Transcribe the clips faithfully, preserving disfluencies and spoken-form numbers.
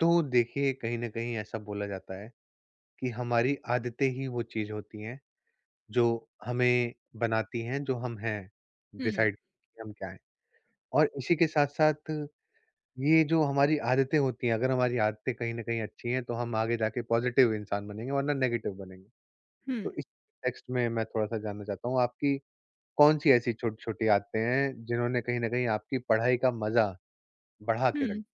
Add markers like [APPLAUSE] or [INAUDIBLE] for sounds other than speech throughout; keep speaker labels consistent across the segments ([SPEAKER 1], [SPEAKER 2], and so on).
[SPEAKER 1] तो देखिए, कहीं ना कहीं ऐसा बोला जाता है कि हमारी आदतें ही वो चीज होती हैं जो हमें बनाती हैं जो हम हैं।
[SPEAKER 2] 嗯
[SPEAKER 1] डिसाइड हम क्या हैं। और इसी के साथ साथ ये जो हमारी आदतें होती हैं, अगर हमारी आदतें कहीं ना कहीं अच्छी हैं तो हम आगे जाके पॉजिटिव इंसान बनेंगे वरना नेगेटिव बनेंगे। तो
[SPEAKER 2] 嗯
[SPEAKER 1] इस टेक्स्ट में मैं थोड़ा सा जानना चाहता हूँ आपकी कौन सी ऐसी छोटी छोटी आदतें हैं जिन्होंने कहीं ना कहीं आपकी पढ़ाई का मजा बढ़ा के रख।
[SPEAKER 2] 嗯，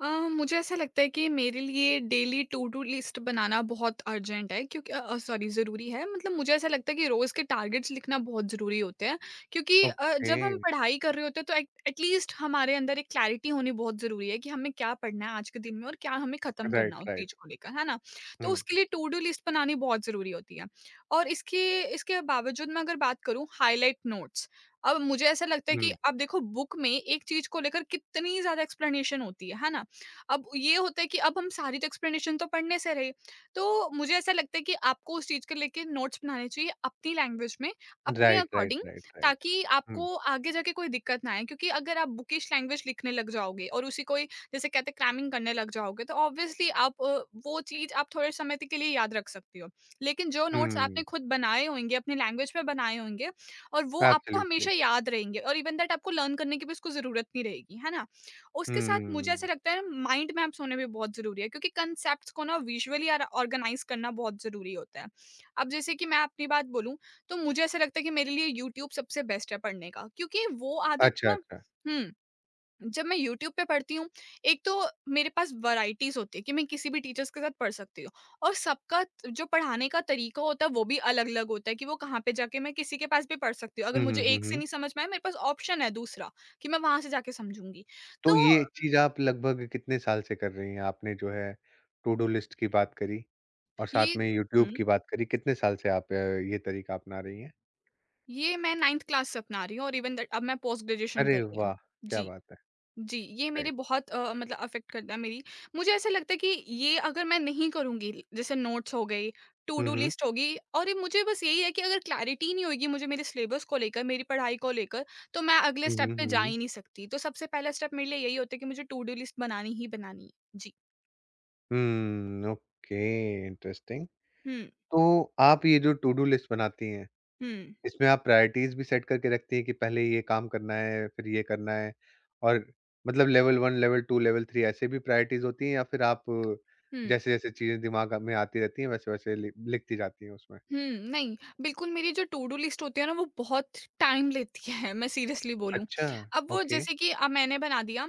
[SPEAKER 2] अ, मुझे ऐसा लगता है कि मेरे लिए डेली टू डू लिस्ट बनाना बहुत अर्जेंट है क्योंकि अ, सॉरी ज़रूरी है। मतलब मुझे ऐसा लगता है कि रोज़ के टारगेट्स लिखना बहुत ज़रूरी होते हैं। क्योंकि अ,
[SPEAKER 1] ओके।
[SPEAKER 2] जब हम पढ़ाई कर रहे होते हैं तो एटलीस्ट हमारे अंदर एक क्लैरिटी होनी बहुत ज़रूरी है कि हमें क्या पढ़ना है आज के दिन में और क्या हमें ख़त्म
[SPEAKER 1] राइट,
[SPEAKER 2] करना है उस चीज़
[SPEAKER 1] राइट।
[SPEAKER 2] को लेकर, है ना? तो
[SPEAKER 1] हम्म,
[SPEAKER 2] उसके लिए टू डू लिस्ट बनानी बहुत ज़रूरी होती है। और इसके इसके बावजूद मैं अगर बात करूँ हाइलाइट नोट्स। अब मुझे ऐसा लगता है कि
[SPEAKER 1] हम्म।
[SPEAKER 2] अब देखो बुक में एक चीज़ को लेकर कितनी ज़्यादा एक्सप्लेनेशन होती है, है ना? अब ये होता है कि अब हम सारी तो एक्सप्लेनेशन तो पढ़ने से रहे। तो मुझे ऐसा लगता है कि आपको उस चीज़ को लेके नोट्स बनाने चाहिए अपनी लैंग्वेज में, अपने
[SPEAKER 1] right, right,
[SPEAKER 2] according,
[SPEAKER 1] right, right.
[SPEAKER 2] ताकि
[SPEAKER 1] हुँ,
[SPEAKER 2] आपको आगे जाके कोई दिक्कत ना आए। क्योंकि अगर आप बुकिश लैंग्वेज लिखने लग जाओगे और उसी को ही जैसे कहते हैं क्रैमिंग करने लग जाओगे तो ऑब्वियसली आप अ, वो चीज़ आप थोड़े समय तक के लिए याद रख सकती हो। लेकिन जो नोट्स आपने
[SPEAKER 1] हुँ,
[SPEAKER 2] खुद बनाए होंगे, अपनी लैंग्वेज में बनाए होंगे, और वो आपको
[SPEAKER 1] एब्सोल्युटली।
[SPEAKER 2] हमेशा याद रहेंगे और इवन दैट आपको लर्न करने की भी उसको ज़रूरत नहीं रहेगी, है ना? उसके साथ मुझे
[SPEAKER 1] हुँ,
[SPEAKER 2] ऐसा लगता है ना माइंड मैप्स होने भी बहुत ज़रूरी है क्योंकि कंसेप्ट्स को ना विजुअली और ऑर्गेनाइज़ करना बहुत ज़रूरी होता है। अब जैसे कि मैं अपनी बात बोलूँ तो मुझे ऐसा लगता है कि मेरे लिए यूट्यूब सबसे बेस्ट है पढ़ने का, क्योंकि वो आदत
[SPEAKER 1] अच्छा,
[SPEAKER 2] ना।
[SPEAKER 1] अच्छा।
[SPEAKER 2] हुँ, जब मैं यूट्यूब पे पढ़ती हूँ, एक तो मेरे पास वैराइटीज़ होती है कि मैं किसी भी टीचर्स के साथ पढ़ सकती हूँ और सबका त- जो पढ़ाने का तरीका होता है वो भी अलग-अलग होता है, कि वो कहाँ पे जाके मैं किसी के पास भी पढ़ सकती हूँ। अगर
[SPEAKER 1] हुँ, हुँ,
[SPEAKER 2] मुझे
[SPEAKER 1] हुँ,
[SPEAKER 2] एक से
[SPEAKER 1] हुँ।
[SPEAKER 2] नहीं समझ में आया मेरे पास ऑप्शन है दूसरा कि मैं वहाँ से जाके समझूँगी।
[SPEAKER 1] तो
[SPEAKER 2] तो
[SPEAKER 1] ये चीज़ आप लगभग कितने साल से कर रही हैं? आपने जो है टू डू लिस्ट की बात करी और
[SPEAKER 2] ये
[SPEAKER 1] साथ में
[SPEAKER 2] न।
[SPEAKER 1] यूट्यूब
[SPEAKER 2] हुँ।
[SPEAKER 1] की बात करी, कितने साल से आप अ, ये तरीका अपना रही हैं?
[SPEAKER 2] ये मैं नाइंथ क्लास से अपना रही हूँ और इवन दैट अब मैं पोस्ट ग्रेजुएशन कर
[SPEAKER 1] अरे
[SPEAKER 2] रही हूँ।
[SPEAKER 1] वाह! क्या
[SPEAKER 2] जी,
[SPEAKER 1] बात है,
[SPEAKER 2] जी, ये मेरे
[SPEAKER 1] राइट।
[SPEAKER 2] बहुत अ, मतलब अफ़ेक्ट करता है मेरी। मुझे ऐसा लगता है कि ये अगर मैं नहीं करूँगी, जैसे नोट्स हो गए, to
[SPEAKER 1] hmm,
[SPEAKER 2] do
[SPEAKER 1] hmm.
[SPEAKER 2] List होगी, और ये मुझे बस यही है कि अगर क्लैरिटी नहीं होएगी मुझे मेरे सिलेबस को लेकर, मेरी पढ़ाई को लेकर, तो मैं अगले
[SPEAKER 1] हुँ,
[SPEAKER 2] स्टेप
[SPEAKER 1] हुँ,
[SPEAKER 2] पे
[SPEAKER 1] हुँ,
[SPEAKER 2] जा
[SPEAKER 1] हुँ।
[SPEAKER 2] ही नहीं सकती। तो सबसे पहला स्टेप मेरे लिए यही होता है कि मुझे टू डू लिस्ट बनानी ही बनानी है। जी।
[SPEAKER 1] हुँ, ओके, इंटरेस्टिंग।
[SPEAKER 2] हुँ,
[SPEAKER 1] तो आप ये जो टू डू लिस्ट बनाती हैं,
[SPEAKER 2] हुँ,
[SPEAKER 1] इसमें आप प्रायोरिटीज़ भी सेट करके रखती हैं कि पहले ये काम करना है, फिर ये करना है, और मतलब level one, level two, level three ऐसे भी प्रायोरिटीज़ होती हैं या फिर आप
[SPEAKER 2] हुँ।
[SPEAKER 1] जैसे-जैसे चीज़ें दिमाग में आती रहती हैं वैसे-वैसे लि लिखती जाती हैं उसमें?
[SPEAKER 2] हुँ, नहीं, बिल्कुल मेरी जो टू डू लिस्ट होती है ना वो बहुत टाइम लेती [LAUGHS] है, मैं सीरियसली बोलूँ।
[SPEAKER 1] अच्छा,
[SPEAKER 2] अब वो
[SPEAKER 1] ओके।
[SPEAKER 2] जैसे कि अब मैंने बना दिया।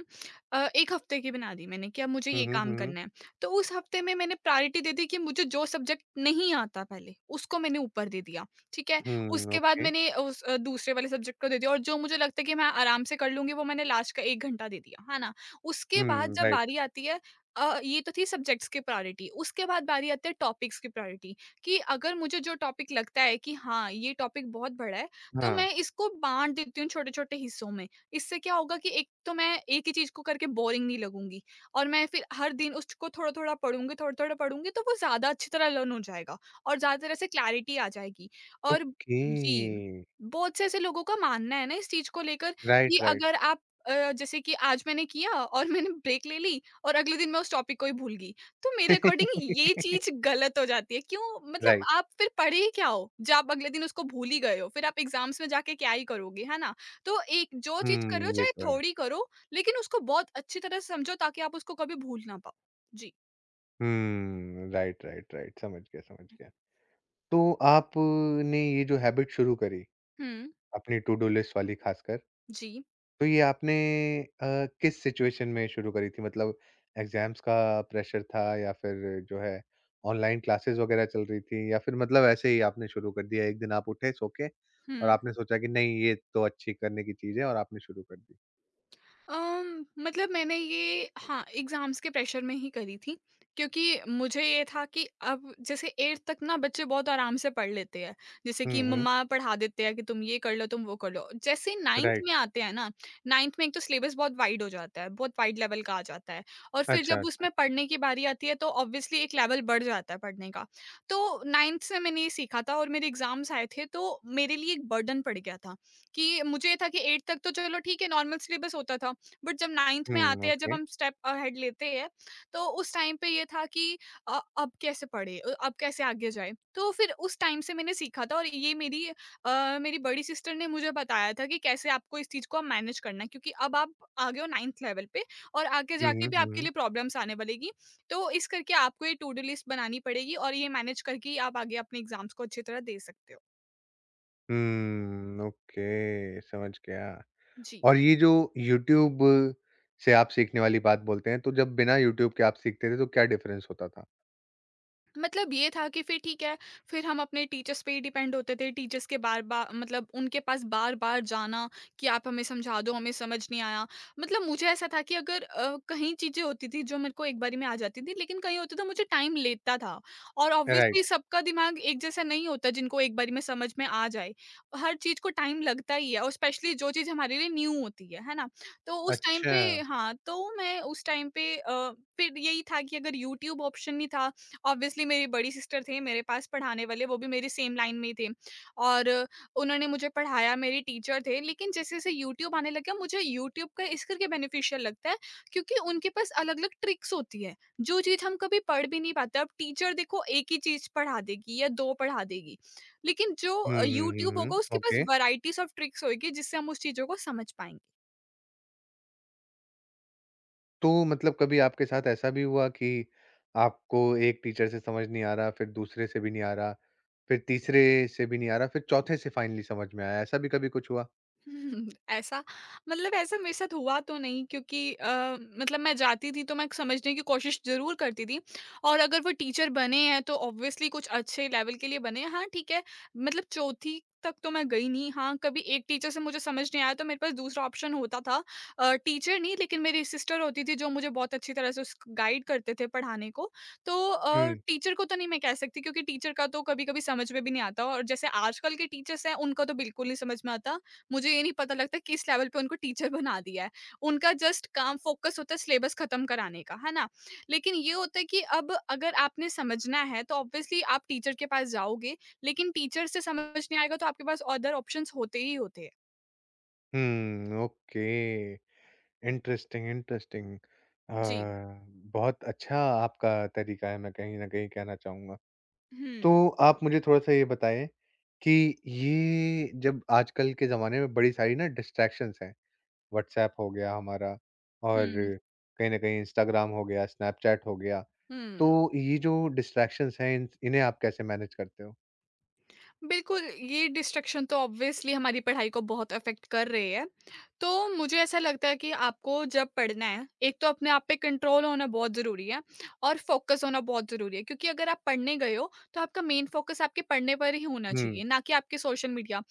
[SPEAKER 2] अ, एक हफ़्ते की बना दी मैंने कि अब मुझे
[SPEAKER 1] हुँ,
[SPEAKER 2] ये
[SPEAKER 1] हुँ,
[SPEAKER 2] काम
[SPEAKER 1] हुँ।
[SPEAKER 2] करना है। तो उस हफ़्ते में मैंने प्रायोरिटी दे दी कि मुझे जो सब्जेक्ट नहीं आता पहले उसको मैंने ऊपर दे दिया, ठीक है?
[SPEAKER 1] हुँ,
[SPEAKER 2] उसके बाद
[SPEAKER 1] ओके।
[SPEAKER 2] मैंने उस अ, दूसरे वाले सब्जेक्ट को दे दिया और जो मुझे लगता है कि मैं आराम से कर लूँगी वो मैंने लास्ट का एक घंटा दे दिया, है ना? उसके बाद
[SPEAKER 1] हुँ,
[SPEAKER 2] जब
[SPEAKER 1] राइट।
[SPEAKER 2] बारी आती है। अ, ये तो थी सब्जेक्ट्स की प्रायोरिटी, उसके बाद बारी आती है टॉपिक्स की प्रायोरिटी। कि अगर मुझे जो टॉपिक लगता है कि हाँ, ये टॉपिक बहुत बड़ा है, तो
[SPEAKER 1] हाँ,
[SPEAKER 2] मैं इसको बाँट देती हूँ छोटे-छोटे हिस्सों में। इससे क्या होगा कि एक तो मैं एक ही चीज़ को करके बोरिंग नहीं लगूँगी और मैं फिर हर दिन उसको थोड़ा-थोड़ा पढ़ूँगी, थोड़ा-थोड़ा पढ़ूँगी, तो वो ज़्यादा अच्छी तरह लर्न हो जाएगा और ज़्यादा तरह से क्लैरिटी आ जाएगी। और
[SPEAKER 1] ओके।
[SPEAKER 2] जी, बहुत से ऐसे लोगों का मानना है ना इस चीज़ को लेकर कि
[SPEAKER 1] राइट, राइट।
[SPEAKER 2] अगर आप अ, जैसे कि आज मैंने किया और मैंने ब्रेक ले ली और अगले दिन मैं उस टॉपिक को ही भूल गई। तो मेरे अकॉर्डिंग ये
[SPEAKER 1] [LAUGHS]
[SPEAKER 2] चीज़ गलत हो जाती है। क्यों? मतलब
[SPEAKER 1] राइट।
[SPEAKER 2] आप फिर पढ़े ही क्या हो? जब आप अगले दिन उसको भूल ही गए हो, फिर आप एग्ज़ाम्स में जाके क्या ही करोगे, है ना? तो एक जो चीज़ कर रहे हो
[SPEAKER 1] हुँ, ये
[SPEAKER 2] चाहे
[SPEAKER 1] तो है।
[SPEAKER 2] थोड़ी करो, लेकिन उसको बहुत अच्छी तरह से समझो ताकि आप उसको कभी भूल ना पाओ। जी।
[SPEAKER 1] हुँ, राइट, राइट, राइट। समझ गया, समझ गया। तो आपने ये जो हैबिट शुरू करी,
[SPEAKER 2] हुँ।
[SPEAKER 1] अपनी टू डू लिस्ट वाली खासकर।
[SPEAKER 2] जी।
[SPEAKER 1] तो ये आपने अ, किस सिचुएशन में शुरू करी थी? मतलब एग्ज़ाम्स का प्रेशर था या फिर जो है ऑनलाइन क्लासेस वगैरह चल रही थी या फिर मतलब ऐसे ही आपने शुरू कर दिया? एक दिन आप उठे सो के और
[SPEAKER 2] हुँ।
[SPEAKER 1] आपने सोचा कि नहीं ये तो अच्छी करने की चीज़ है और आपने शुरू कर दी?
[SPEAKER 2] अम, मतलब मैंने ये हाँ, एग्ज़ाम्स के प्रेशर में ही करी थी, क्योंकि मुझे ये था कि अब जैसे एथ तक ना बच्चे बहुत आराम से पढ़ लेते हैं। जैसे कि
[SPEAKER 1] हुँ, हुँ।
[SPEAKER 2] मम्मा पढ़ा देते हैं कि तुम ये कर लो, तुम वो कर लो। जैसे ही नाइंथ
[SPEAKER 1] राइट।
[SPEAKER 2] में आते हैं ना, नाइंथ में एक तो सिलेबस बहुत वाइड हो जाता है, बहुत वाइड लेवल का आ जाता है और फिर
[SPEAKER 1] अच्छा,
[SPEAKER 2] जब
[SPEAKER 1] अच्छा।
[SPEAKER 2] उसमें पढ़ने की बारी आती है तो ऑब्वियसली एक लेवल बढ़ जाता है पढ़ने का। तो नाइंथ से मैंने ये सीखा था और मेरे एग्ज़ाम्स आए थे तो मेरे लिए एक बर्डन पड़ गया था, कि मुझे ये था कि एथ तक तो चलो ठीक है नॉर्मल सिलेबस होता था। बट जब नाइंथ में
[SPEAKER 1] हुँ,
[SPEAKER 2] आते हैं, जब
[SPEAKER 1] ओके।
[SPEAKER 2] हम स्टेप अहेड लेते हैं, तो उस टाइम पे ये था कि अ, अब कैसे पढ़े, अ, अब कैसे आगे जाए, तो फिर उस टाइम से मैंने सीखा था और ये मेरी अ, मेरी बड़ी सिस्टर ने मुझे बताया था कि कैसे आपको इस चीज़ को मैनेज करना है क्योंकि अब आप आ गए हो नाइंथ लेवल पे और आगे
[SPEAKER 1] हुँ,
[SPEAKER 2] जाके
[SPEAKER 1] हुँ,
[SPEAKER 2] भी
[SPEAKER 1] हुँ,
[SPEAKER 2] आपके
[SPEAKER 1] हुँ।
[SPEAKER 2] लिए प्रॉब्लम्स आने वालेगी। तो इस करके आपको ये टू डू लिस्ट बनानी पड़ेगी और ये मैनेज करके ही आप आगे अपने एग्जाम्स को अच्छी तरह दे सकते हो।
[SPEAKER 1] हुँ, ओके, समझ गया।
[SPEAKER 2] जी।
[SPEAKER 1] और ये जो यूट्यूब से आप सीखने वाली बात बोलते हैं, तो जब बिना यूट्यूब के आप सीखते थे तो क्या डिफरेंस होता था?
[SPEAKER 2] मतलब ये था कि फिर ठीक है, फिर हम अपने टीचर्स पे ही डिपेंड होते थे, टीचर्स के बार-बार, मतलब उनके पास बार-बार जाना कि आप हमें समझा दो, हमें समझ नहीं आया। मतलब मुझे ऐसा था कि अगर अ, कहीं चीज़ें होती थी जो मेरे को एक बारी में आ जाती थी, लेकिन कहीं होता था मुझे टाइम लेता था और ऑब्वियसली
[SPEAKER 1] राइट,
[SPEAKER 2] सबका दिमाग एक जैसा नहीं होता जिनको एक बारी में समझ में आ जाए। हर चीज़ को टाइम लगता ही है और स्पेशली जो चीज़ हमारे लिए न्यू होती है, है ना? तो उस टाइम
[SPEAKER 1] अच्छा।
[SPEAKER 2] पे हाँ, तो मैं उस टाइम पे अ, फिर यही था कि अगर यूट्यूब ऑप्शन नहीं था, ऑब्वियसली मेरी बड़ी सिस्टर थी मेरे पास पढ़ाने वाले, वो भी मेरी सेम लाइन में ही थे और उन्होंने मुझे पढ़ाया, मेरी टीचर थे। लेकिन जैसे जैसे यूट्यूब आने लगा मुझे यूट्यूब का इस करके बेनिफिशियल लगता है क्योंकि उनके पास अलग अलग ट्रिक्स होती है। जो चीज़ हम कभी पढ़ भी नहीं पाते, अब टीचर देखो एक ही चीज़ पढ़ा देगी या दो पढ़ा देगी, लेकिन
[SPEAKER 1] हुँ,
[SPEAKER 2] जो
[SPEAKER 1] हुँ, हुँ,
[SPEAKER 2] यूट्यूब
[SPEAKER 1] हुँ,
[SPEAKER 2] होगा उसके पास
[SPEAKER 1] ओके।
[SPEAKER 2] वैरायटीज ऑफ ट्रिक्स होगी जिससे हम उस चीज़ों को समझ पाएंगे।
[SPEAKER 1] तो मतलब कभी आपके साथ ऐसा भी हुआ कि आपको एक टीचर से समझ नहीं आ रहा, फिर दूसरे से भी नहीं आ रहा, फिर तीसरे से भी नहीं आ रहा, फिर चौथे से फाइनली समझ में आया, ऐसा भी कभी कुछ हुआ?
[SPEAKER 2] [LAUGHS] हुँ, ऐसा मतलब ऐसा मेरे साथ हुआ तो नहीं क्योंकि अ, मतलब मैं जाती थी तो मैं समझने की कोशिश ज़रूर करती थी। और अगर वो टीचर बने हैं तो ऑब्वियसली कुछ अच्छे लेवल के लिए बने हैं। हाँ, ठीक है, मतलब चौथी तक तो मैं गई नहीं। हाँ, कभी एक टीचर से मुझे समझ नहीं आया तो मेरे पास दूसरा ऑप्शन होता था अ, टीचर नहीं, लेकिन मेरी सिस्टर होती थी जो मुझे बहुत अच्छी तरह से उस गाइड करते थे पढ़ाने को। तो अ,
[SPEAKER 1] हुँ,
[SPEAKER 2] टीचर को तो नहीं मैं कह सकती, क्योंकि टीचर का तो कभी-कभी समझ में भी नहीं आता और जैसे आजकल के टीचर्स हैं उनका तो बिल्कुल नहीं समझ में आता। मुझे ये नहीं पता लगता किस लेवल पे उनको टीचर बना दिया है। उनका जस्ट काम फ़ोकस होता है सिलेबस ख़त्म कराने का, है ना? लेकिन ये होता है कि अब अगर आपने समझना है तो ऑब्वियसली आप टीचर के पास जाओगे, लेकिन टीचर से समझ नहीं आएगा तो आपके पास अदर ऑप्शंस होते ही होते हैं।
[SPEAKER 1] हुँ, ओके। Interesting, interesting. अ,
[SPEAKER 2] जी।
[SPEAKER 1] बहुत अच्छा आपका तरीका है, मैं कहीं न कहीं कहना चाहूँगा।
[SPEAKER 2] हुँ।
[SPEAKER 1] तो आप मुझे थोड़ा-सा ये बताएँ कि ये जब आजकल के ज़माने में बड़ी सारी ना डिस्ट्रैक्शंस हैं, व्हाट्सऐप हो गया हमारा और
[SPEAKER 2] हुँ,
[SPEAKER 1] कहीं न कहीं इंस्टाग्राम हो गया, स्नैपचैट हो गया,
[SPEAKER 2] हुँ।
[SPEAKER 1] तो ये जो डिस्ट्रैक्शंस हैं इन इन्हें आप कैसे मैनेज करते हो?
[SPEAKER 2] बिल्कुल, ये डिस्ट्रैक्शन तो ऑब्वियसली हमारी पढ़ाई को बहुत अफ़ेक्ट कर रही है। तो मुझे ऐसा लगता है कि आपको जब पढ़ना है, एक तो अपने आप पे कंट्रोल होना बहुत ज़रूरी है और फ़ोकस होना बहुत ज़रूरी है, क्योंकि अगर आप पढ़ने गए हो, तो आपका मेन फ़ोकस आपके पढ़ने पर ही होना
[SPEAKER 1] हुँ,
[SPEAKER 2] चाहिए, ना कि आपके सोशल मीडिया।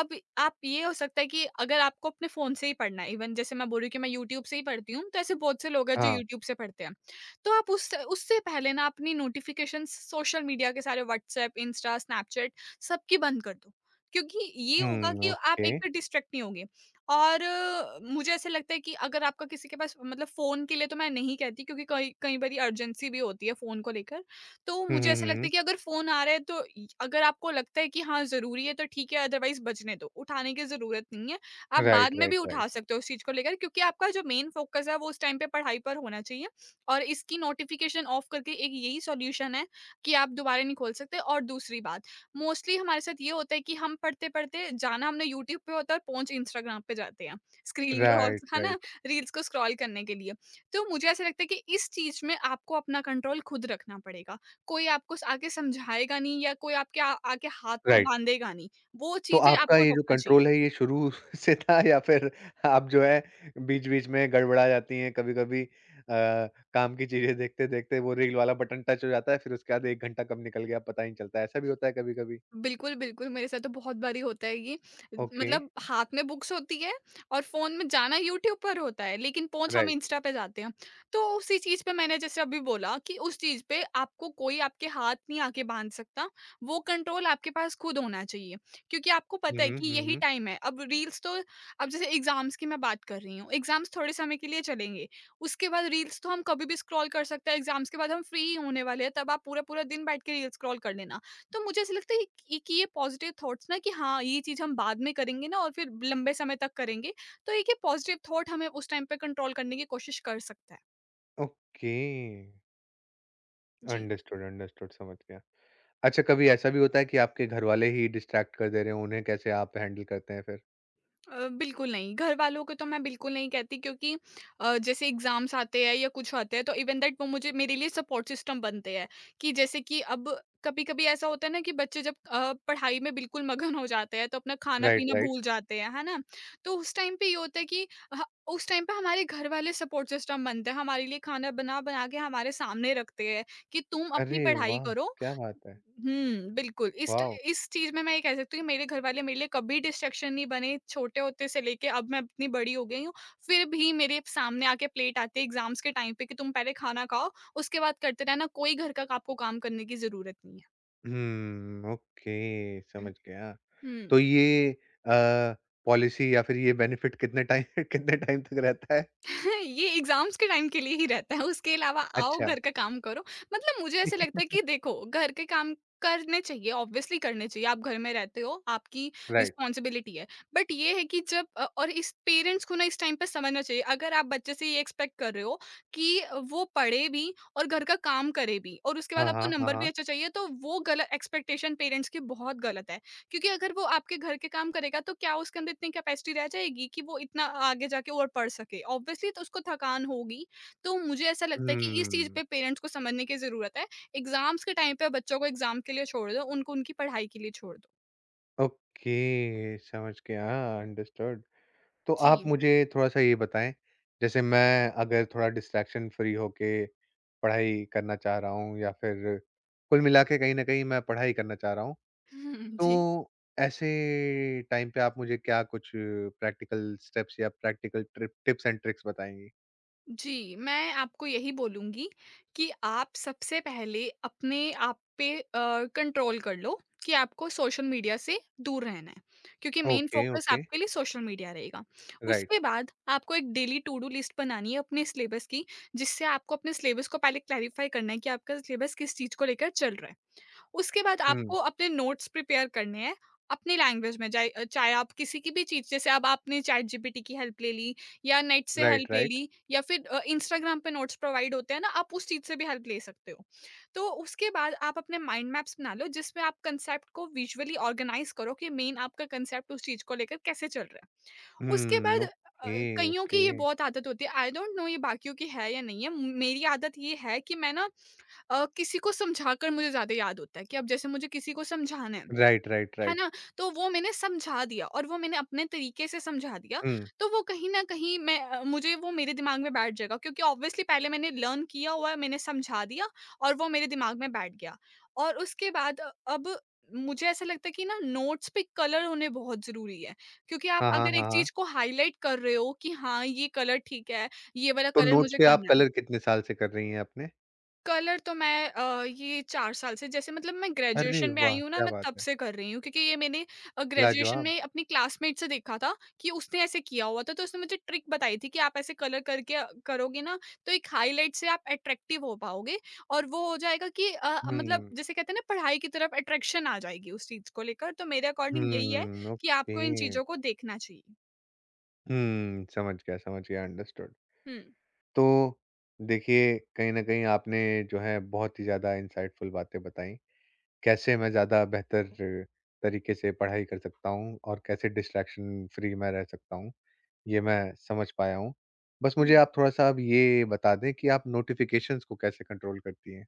[SPEAKER 2] अब आप, ये हो सकता है कि अगर आपको अपने फ़ोन से ही पढ़ना है, इवन जैसे मैं बोल रही हूँ कि मैं यूट्यूब से ही पढ़ती हूँ, तो ऐसे बहुत से लोग हैं जो
[SPEAKER 1] हाँ,
[SPEAKER 2] यूट्यूब से पढ़ते हैं। तो आप उस उससे पहले ना अपनी नोटिफ़िकेशंस, सोशल मीडिया के सारे व्हाट्सएप, इंस्टा, स्नैपचैट, सबकी बंद कर दो। क्योंकि ये होगा कि
[SPEAKER 1] हुँ,
[SPEAKER 2] आप
[SPEAKER 1] ओके।
[SPEAKER 2] एक तो डिस्ट्रैक्ट नहीं होंगे, और अ, मुझे ऐसा लगता है कि अगर आपका किसी के पास मतलब फ़ोन के लिए, तो मैं नहीं कहती, क्योंकि कई कई बारी अर्जेंसी भी होती है फ़ोन को लेकर। तो
[SPEAKER 1] हुँ,
[SPEAKER 2] मुझे
[SPEAKER 1] हुँ,
[SPEAKER 2] ऐसा
[SPEAKER 1] हुँ,
[SPEAKER 2] लगता
[SPEAKER 1] हुँ।
[SPEAKER 2] है कि अगर फ़ोन आ रहा है तो इ अगर आपको लगता है कि हाँ, ज़रूरी है तो ठीक है, अदरवाइज़ बजने दो, उठाने की ज़रूरत नहीं है। आप बाद
[SPEAKER 1] राइट,
[SPEAKER 2] में
[SPEAKER 1] राइट,
[SPEAKER 2] भी
[SPEAKER 1] राइट।
[SPEAKER 2] उठा सकते हो उस चीज़ को लेकर, क्योंकि आपका जो मेन फ़ोकस है वो उस टाइम पे पढ़ाई पर होना चाहिए। और इसकी नोटिफ़िकेशन ऑफ करके एक यही सॉल्यूशन है कि आप दोबारा नहीं खोल सकते। और दूसरी बात, मोस्टली हमारे साथ ये होता है कि हम पढ़ते-पढ़ते जाना हमने यूट्यूब पे होता है और पहुँच इंस्टाग्राम पे जाते हैं, स्क्रीन
[SPEAKER 1] राइट,
[SPEAKER 2] रोल्स [LAUGHS] है ना?
[SPEAKER 1] राइट,
[SPEAKER 2] रील्स को स्क्रॉल करने के लिए। तो मुझे ऐसा लगता है कि इस चीज़ में आपको अपना कंट्रोल खुद रखना पड़ेगा। कोई आपको स आके समझाएगा नहीं, या कोई आपके आ आके हाथ को
[SPEAKER 1] राइट।
[SPEAKER 2] बाँधेगा नहीं। वो
[SPEAKER 1] तो
[SPEAKER 2] चीज़ें
[SPEAKER 1] आपका
[SPEAKER 2] आपको
[SPEAKER 1] ये जो
[SPEAKER 2] रोकना
[SPEAKER 1] कंट्रोल
[SPEAKER 2] चाहिए।
[SPEAKER 1] है ये शुरू [LAUGHS] से था या फिर आप जो है बीच-बीच में गड़बड़ा जाती हैं कभी-कभी, अ, काम की चीज़ें देखते-देखते वो रील वाला बटन टच हो जाता है फिर उसके बाद एक घंटा कब निकल गया पता ही नहीं चलता, ऐसा भी होता है कभी-कभी?
[SPEAKER 2] बिल्कुल, बिल्कुल, मेरे साथ तो बहुत बारी होता है ये।
[SPEAKER 1] ओके,
[SPEAKER 2] मतलब हाथ में बुक्स होती है और फ़ोन में जाना यूट्यूब पर होता है, लेकिन पहुँच हम
[SPEAKER 1] राइट।
[SPEAKER 2] इंस्टा पे जाते हैं। तो उसी चीज़ पे, मैंने जैसे अभी बोला, कि उस चीज़ पे आपको कोई आपके हाथ नहीं आके बाँध सकता, वो कंट्रोल आपके पास खुद होना चाहिए। क्योंकि आपको
[SPEAKER 1] हुँ,
[SPEAKER 2] पता है
[SPEAKER 1] हुँ,
[SPEAKER 2] कि
[SPEAKER 1] हुँ,
[SPEAKER 2] यही
[SPEAKER 1] हुँ।
[SPEAKER 2] टाइम है। अब रील्स तो, अब जैसे एग्ज़ाम्स की मैं बात कर रही हूँ, एग्ज़ाम्स थोड़े समय के लिए चलेंगे, उसके बाद रील्स तो हम कभी भी स्क्रॉल कर सकते हैं। एग्ज़ाम्स के बाद हम फ्री ही होने वाले हैं, तब आप पूरा-पूरा दिन बैठ के रील्स स्क्रॉल कर लेना। तो मुझे ऐसा लगता है कि कि ये पॉजिटिव थॉट्स, ना कि हाँ, ये चीज़ हम बाद में करेंगे ना, और फिर लंबे समय तक करेंगे, तो एक ये पॉजिटिव थॉट हमें उस टाइम पे कंट्रोल करने की कोशिश कर सकता है।
[SPEAKER 1] ओके,
[SPEAKER 2] जी।
[SPEAKER 1] अंडरस्टूड, अंडरस्टूड, समझ गया। अच्छा, कभी ऐसा भी होता है कि आपके घरवाले ही डिस्ट्रैक्ट कर दे रहे हों, उन्हें कैसे आप हैंडल करते हैं फिर?
[SPEAKER 2] अ, बिल्कुल नहीं, घर वालों को तो मैं बिल्कुल नहीं कहती, क्योंकि अ, जैसे एग्ज़ाम्स आते हैं या कुछ आते हैं तो इवन दैट वो मुझे मेरे लिए सपोर्ट सिस्टम बनते हैं। कि जैसे कि अब, कभी-कभी ऐसा होता है ना कि बच्चे जब अ, पढ़ाई में बिल्कुल मगन हो जाते हैं तो अपना
[SPEAKER 1] राइट,
[SPEAKER 2] खाना-पीना
[SPEAKER 1] राइट।
[SPEAKER 2] भूल जाते हैं, है ना? तो उस टाइम पे ये होता है कि ह उस टाइम पे हमारे घर वाले सपोर्ट सिस्टम बनते हैं, हमारे लिए खाना बना-बना के हमारे सामने रखते हैं कि तुम अपनी
[SPEAKER 1] अरे
[SPEAKER 2] पढ़ाई
[SPEAKER 1] वाह!
[SPEAKER 2] करो।
[SPEAKER 1] क्या बात है!
[SPEAKER 2] हुँ, बिल्कुल। इस ट
[SPEAKER 1] वॉव!
[SPEAKER 2] इस चीज़ में मैं ये कह सकती हूँ कि मेरे घर वाले मेरे लिए कभी डिस्ट्रैक्शन नहीं बने। छोटे होते से लेके अब मैं इतनी बड़ी हो गई हूँ, फिर भी मेरे सामने आके प्लेट आती है एग्ज़ाम्स के टाइम पे कि तुम पहले खाना खाओ, उसके बाद करते रहना, कोई घर का आपको काम करने की ज़रूरत नहीं है।
[SPEAKER 1] हुँ, ओके, समझ गया। तो
[SPEAKER 2] हुँ।
[SPEAKER 1] ये अ, पॉलिसी या फिर ये बेनिफिट कितने टाइम [LAUGHS] कितने टाइम तक रहता है?
[SPEAKER 2] [LAUGHS] ये एग्जाम्स के टाइम के लिए ही रहता है। उसके अलावा आओ,
[SPEAKER 1] अच्छा।
[SPEAKER 2] घर का काम करो। मतलब मुझे ऐसे लगता है कि
[SPEAKER 1] [LAUGHS]
[SPEAKER 2] देखो, घर के काम करने चाहिए, ऑब्वियसली करने चाहिए। आप घर में रहते हो, आपकी
[SPEAKER 1] राइट।
[SPEAKER 2] रिस्पॉन्सिबिलिटी है। बट ये है कि जब अ, और इस पेरेंट्स को ना इस टाइम पे समझना चाहिए, अगर आप बच्चे से ये एक्सपेक्ट कर रहे हो कि वो पढ़े भी, और घर का काम करे भी, और उसके बाद
[SPEAKER 1] हाँ,
[SPEAKER 2] आपको
[SPEAKER 1] हाँ, हाँ,
[SPEAKER 2] नंबर भी
[SPEAKER 1] हाँ।
[SPEAKER 2] अच्छा चाहिए, तो वो गलत एक्सपेक्टेशन पेरेंट्स की बहुत गलत है। क्योंकि अगर वो आपके घर के काम करेगा, तो क्या उसके अंदर इतनी कैपेसिटी रह जाएगी कि वो इतना आगे जाके और पढ़ सके? ऑब्वियसली तो उसको थकान होगी। तो मुझे ऐसा लगता है कि इस चीज़
[SPEAKER 1] हुँ,
[SPEAKER 2] पे पेरेंट्स को समझने की ज़रूरत है। एग्ज़ाम्स के टाइम पे बच्चों को एग्ज़ाम के लिए छोड़ दो, उनको उनकी पढ़ाई के लिए छोड़ दो।
[SPEAKER 1] ओके, समझ गया, अंडरस्टूड। तो आप
[SPEAKER 2] जी।
[SPEAKER 1] मुझे थोड़ा-सा ये बताएँ, जैसे मैं अगर थोड़ा डिस्ट्रैक्शन फ्री होके पढ़ाई करना चाह रहा हूँ या फिर कुल मिला के कहीं न कहीं मैं पढ़ाई करना चाह रहा हूँ।
[SPEAKER 2] [LAUGHS] हुँ, जी।
[SPEAKER 1] तो ऐसे टाइम पे आप मुझे क्या कुछ प्रैक्टिकल स्टेप्स या practical trip tips and tricks बताएँगी?
[SPEAKER 2] जी, मैं आपको यही बोलूँगी कि आप सबसे पहले अपने आप पे अ, कंट्रोल कर लो कि आपको सोशल मीडिया से दूर रहना है, क्योंकि मेन
[SPEAKER 1] ओके,
[SPEAKER 2] फ़ोकस
[SPEAKER 1] ओके,
[SPEAKER 2] आपके लिए सोशल मीडिया रहेगा। उसके
[SPEAKER 1] राइट।
[SPEAKER 2] बाद आपको एक डेली टू डू लिस्ट बनानी है अपने सिलेबस की, जिससे आपको अपने सिलेबस को पहले क्लैरिफ़ाई करना है कि आपका सिलेबस किस चीज़ को लेकर चल रहा है। उसके बाद
[SPEAKER 1] हुँ,
[SPEAKER 2] आपको अपने नोट्स प्रिपेयर करने हैं अपनी लैंग्वेज में, जाए अ, चाहे आप किसी की भी चीज़, जैसे अब आपने चैट जीपीटी की हेल्प ले ली, या नेट से
[SPEAKER 1] राइट,
[SPEAKER 2] हेल्प ले
[SPEAKER 1] राइट।
[SPEAKER 2] ली, या फिर अ, इंस्टाग्राम पे नोट्स प्रोवाइड होते हैं ना, आप उस चीज़ से भी हेल्प ले सकते हो। तो उसके बाद आप अपने माइंड मैप्स बना लो, जिसमें आप कंसेप्ट को विजुअली ऑर्गेनाइज करो कि मेन आपका कंसेप्ट उस चीज़ को लेकर कैसे चल रहा है। उसके बाद
[SPEAKER 1] हुँ,
[SPEAKER 2] अ,
[SPEAKER 1] ओके,
[SPEAKER 2] कईयों की ये
[SPEAKER 1] ओके।
[SPEAKER 2] बहुत आदत होती है, आई डोंट नो ये बाकियों की है या नहीं है, मेरी आदत ये है कि मैं ना अ, किसी को समझाकर मुझे ज़्यादा याद होता है। कि अब जैसे मुझे किसी को समझाना है,
[SPEAKER 1] राइट, राइट,
[SPEAKER 2] है
[SPEAKER 1] राइट।
[SPEAKER 2] ना? तो वो मैंने समझा दिया, और वो मैंने अपने तरीके से समझा दिया,
[SPEAKER 1] हुँ।
[SPEAKER 2] तो वो कहीं न कहीं मैं अ, मुझे वो मेरे दिमाग में बैठ जाएगा, क्योंकि ऑब्वियसली पहले मैंने लर्न किया हुआ है, मैंने समझा दिया, और वो मेरे दिमाग में बैठ गया। और उसके बाद अ, अब मुझे ऐसा लगता है कि ना, नोट्स पे कलर होने बहुत ज़रूरी है, क्योंकि आप
[SPEAKER 1] हाँ, हाँ,
[SPEAKER 2] अगर एक
[SPEAKER 1] हाँ, हाँ।
[SPEAKER 2] चीज़ को हाइलाइट कर रहे हो कि हाँ, ये कलर ठीक है, ये वाला
[SPEAKER 1] तो
[SPEAKER 2] कलर
[SPEAKER 1] नोट्स
[SPEAKER 2] मुझे
[SPEAKER 1] पे आप
[SPEAKER 2] करना है।
[SPEAKER 1] कलर कितने साल से कर रही हैं अपने?
[SPEAKER 2] कलर तो मैं अ, ये चार साल से, जैसे मतलब मैं
[SPEAKER 1] अरे
[SPEAKER 2] ग्रेजुएशन में आई
[SPEAKER 1] वाह!
[SPEAKER 2] हूँ ना,
[SPEAKER 1] क्या
[SPEAKER 2] मैं
[SPEAKER 1] बात
[SPEAKER 2] तब
[SPEAKER 1] है।
[SPEAKER 2] से कर रही हूँ, क्योंकि ये मैंने अ, ग्रेजुएशन
[SPEAKER 1] लाजवाब।
[SPEAKER 2] में अपनी क्लासमेट से देखा था कि उसने ऐसे किया हुआ था। तो उसने मुझे ट्रिक बताई थी कि आप ऐसे कलर करके अ, करोगे ना, तो एक हाइलाइट से आप अट्रैक्टिव हो पाओगे, और वो हो जाएगा कि अ, मतलब
[SPEAKER 1] हुँ,
[SPEAKER 2] जिसे कहते हैं ना, पढ़ाई की तरफ अट्रैक्शन आ जाएगी उस चीज़ को लेकर। तो मेरे अकॉर्डिंग यही है
[SPEAKER 1] हुँ,
[SPEAKER 2] कि
[SPEAKER 1] ओके।
[SPEAKER 2] आपको इन चीज़ों को देखना चाहिए।
[SPEAKER 1] हुँ, समझ गया, समझ गया, अंडरस्टूड। तो देखिए, कहीं न कहीं आपने जो है बहुत ही ज़्यादा इनसाइटफुल बातें बताई, कैसे मैं ज़्यादा बेहतर तरीके से पढ़ाई कर सकता हूँ और कैसे डिस्ट्रैक्शन फ्री मैं रह सकता हूँ, ये मैं समझ पाया हूँ। बस मुझे
[SPEAKER 2] हुँ।
[SPEAKER 1] आप थोड़ा-सा अब ये बता दें कि आप नोटिफ़िकेशंस को कैसे कंट्रोल करती हैं?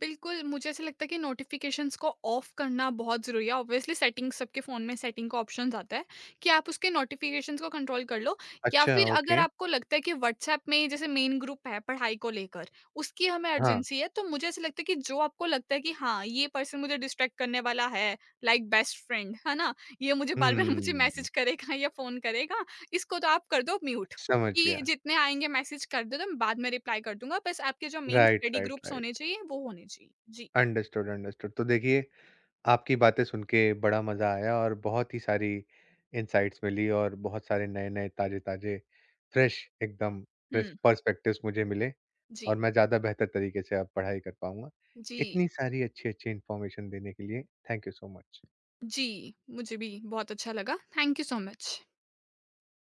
[SPEAKER 2] बिल्कुल, मुझे ऐसा लगता है कि नोटिफ़िकेशंस को ऑफ करना बहुत ज़रूरी है। ऑब्वियसली सेटिंग्स, सबके फ़ोन में सेटिंग का ऑप्शंस आता है कि आप उसके नोटिफ़िकेशंस को कंट्रोल कर लो। या
[SPEAKER 1] अच्छा,
[SPEAKER 2] फिर अगर
[SPEAKER 1] ओके।
[SPEAKER 2] आपको लगता है कि व्हाट्सऐप में जैसे मेन ग्रुप है पढ़ाई को लेकर, उसकी हमें
[SPEAKER 1] हाँ।
[SPEAKER 2] अर्जेंसी है, तो मुझे ऐसा लगता है कि जो आपको लगता है कि हाँ, ये पर्सन मुझे डिस्ट्रैक्ट करने वाला है, लाइक बेस्ट फ्रेंड, है ना? ये मुझे बार-बार [LAUGHS] मुझे
[SPEAKER 1] हुँ,
[SPEAKER 2] मैसेज करेगा या फ़ोन करेगा, इसको तो आप कर दो म्यूट।
[SPEAKER 1] समझ
[SPEAKER 2] कि
[SPEAKER 1] गया।
[SPEAKER 2] जितने आएँगे मैसेज, कर दो, तो मैं बाद में रिप्लाई कर दूँगा। बस आपके जो main
[SPEAKER 1] right,
[SPEAKER 2] study
[SPEAKER 1] right,
[SPEAKER 2] groups होने
[SPEAKER 1] राइट।
[SPEAKER 2] चाहिए, वो होने चाहिए। जी।
[SPEAKER 1] Understood, understood. तो देखिए, आपकी बातें सुन के बड़ा मज़ा आया और बहुत ही सारी इनसाइट्स मिली और बहुत सारे नए-नए, ताज़े-ताज़े, फ्रेश एकदम प्रेस
[SPEAKER 2] हुँ,
[SPEAKER 1] पर्सपेक्टिव्स मुझे मिले और
[SPEAKER 2] जी,
[SPEAKER 1] मैं ज़्यादा बेहतर तरीके से अब पढ़ाई कर पाऊँगा।
[SPEAKER 2] जी,
[SPEAKER 1] इतनी सारी अच्छी-अच्छी इन्फॉर्मेशन देने के लिए थैंक यू सो मच।
[SPEAKER 2] जी। मुझे भी बहुत अच्छा लगा। Thank you so much.